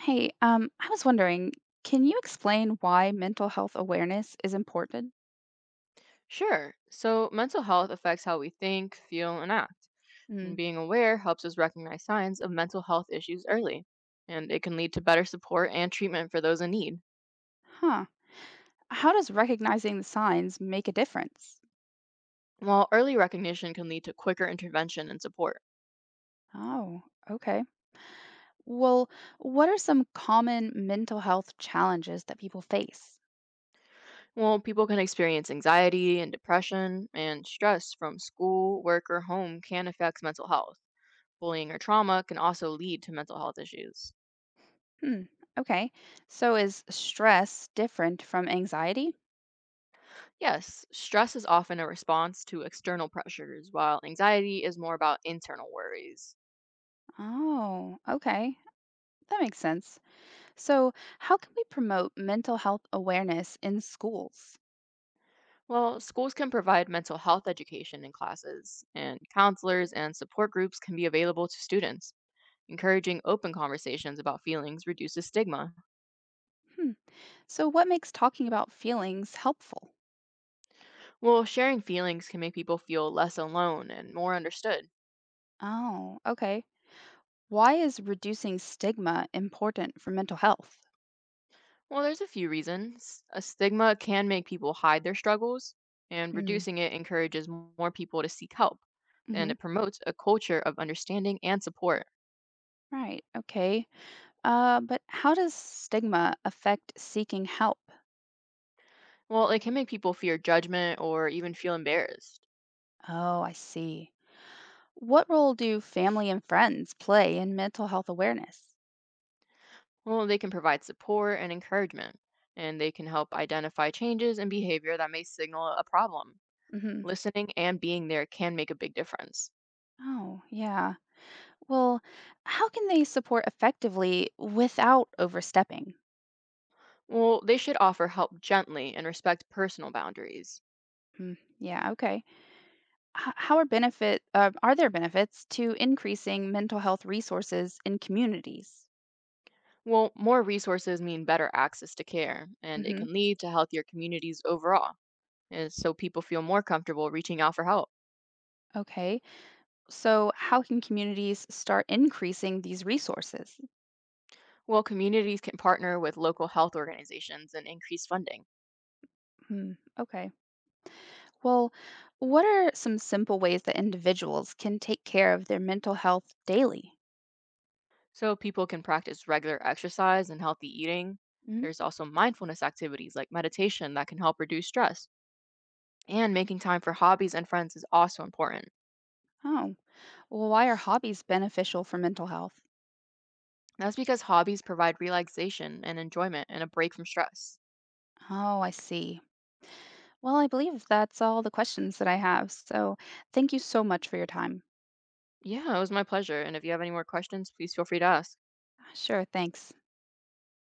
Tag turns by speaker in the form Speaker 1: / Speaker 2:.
Speaker 1: Hey, I was wondering, can you explain why mental health awareness is important?
Speaker 2: Sure. So, mental health affects how we think, feel, and act. And
Speaker 1: Mm.
Speaker 2: being aware helps us recognize signs of mental health issues early, and it can lead to better support and treatment for those in need.
Speaker 1: Huh. How does recognizing the signs make a difference?
Speaker 2: While early recognition can lead to quicker intervention and support.
Speaker 1: Oh, okay. Well, what are some common mental health challenges that people face?
Speaker 2: Well, people can experience anxiety and depression, and stress from school, work, or home can affect mental health. Bullying or trauma can also lead to mental health issues.
Speaker 1: Hmm. Okay. So is stress different from anxiety?
Speaker 2: Yes, stress is often a response to external pressures, while anxiety is more about internal worries.
Speaker 1: Oh, okay. That makes sense. So, how can we promote mental health awareness in schools?
Speaker 2: Well, schools can provide mental health education in classes, and counselors and support groups can be available to students. Encouraging open conversations about feelings reduces stigma.
Speaker 1: Hmm. So, what makes talking about feelings helpful?
Speaker 2: Well, sharing feelings can make people feel less alone and more understood.
Speaker 1: Oh, okay. Why is reducing stigma important for mental health?
Speaker 2: Well, there's a few reasons. A stigma can make people hide their struggles, and
Speaker 1: Hmm.
Speaker 2: reducing it encourages more people to seek help, and
Speaker 1: Hmm.
Speaker 2: it promotes a culture of understanding and support.
Speaker 1: Right. Okay. But how does stigma affect seeking help?
Speaker 2: Well, it can make people fear judgment or even feel embarrassed.
Speaker 1: Oh, I see. What role do family and friends play in mental health awareness?
Speaker 2: Well, they can provide support and encouragement, and they can help identify changes in behavior that may signal a problem.
Speaker 1: Hmm.
Speaker 2: Listening and being there can make a big difference.
Speaker 1: Oh, yeah. Well, how can they support effectively without overstepping?
Speaker 2: Well, they should offer help gently and respect personal boundaries.
Speaker 1: Hmm. Yeah. Okay. h- how are benefit Are there benefits to increasing mental health resources in communities?
Speaker 2: Well, more resources mean better access to care, and it
Speaker 1: Hmm.
Speaker 2: can lead to healthier communities overall, and so people feel more comfortable reaching out for help.
Speaker 1: Okay. So how can communities start increasing these resources?
Speaker 2: Well, communities can partner with local health organizations and increase funding.
Speaker 1: Hmm. Okay. Well, what are some simple ways that individuals can take care of their mental health daily?
Speaker 2: So people can practice regular exercise and healthy eating.
Speaker 1: Mhm.
Speaker 2: There's also mindfulness activities like meditation that can help reduce stress. And making time for hobbies and friends is also important.
Speaker 1: Oh, well, why are hobbies beneficial for mental health?
Speaker 2: That's because hobbies provide relaxation and enjoyment and a break from stress.
Speaker 1: Oh, I see. Well, I believe that's all the questions that I have, so thank you so much for your time.
Speaker 2: Yeah, it was my pleasure. And if you have any more questions, please feel free to ask.
Speaker 1: Sure, thanks.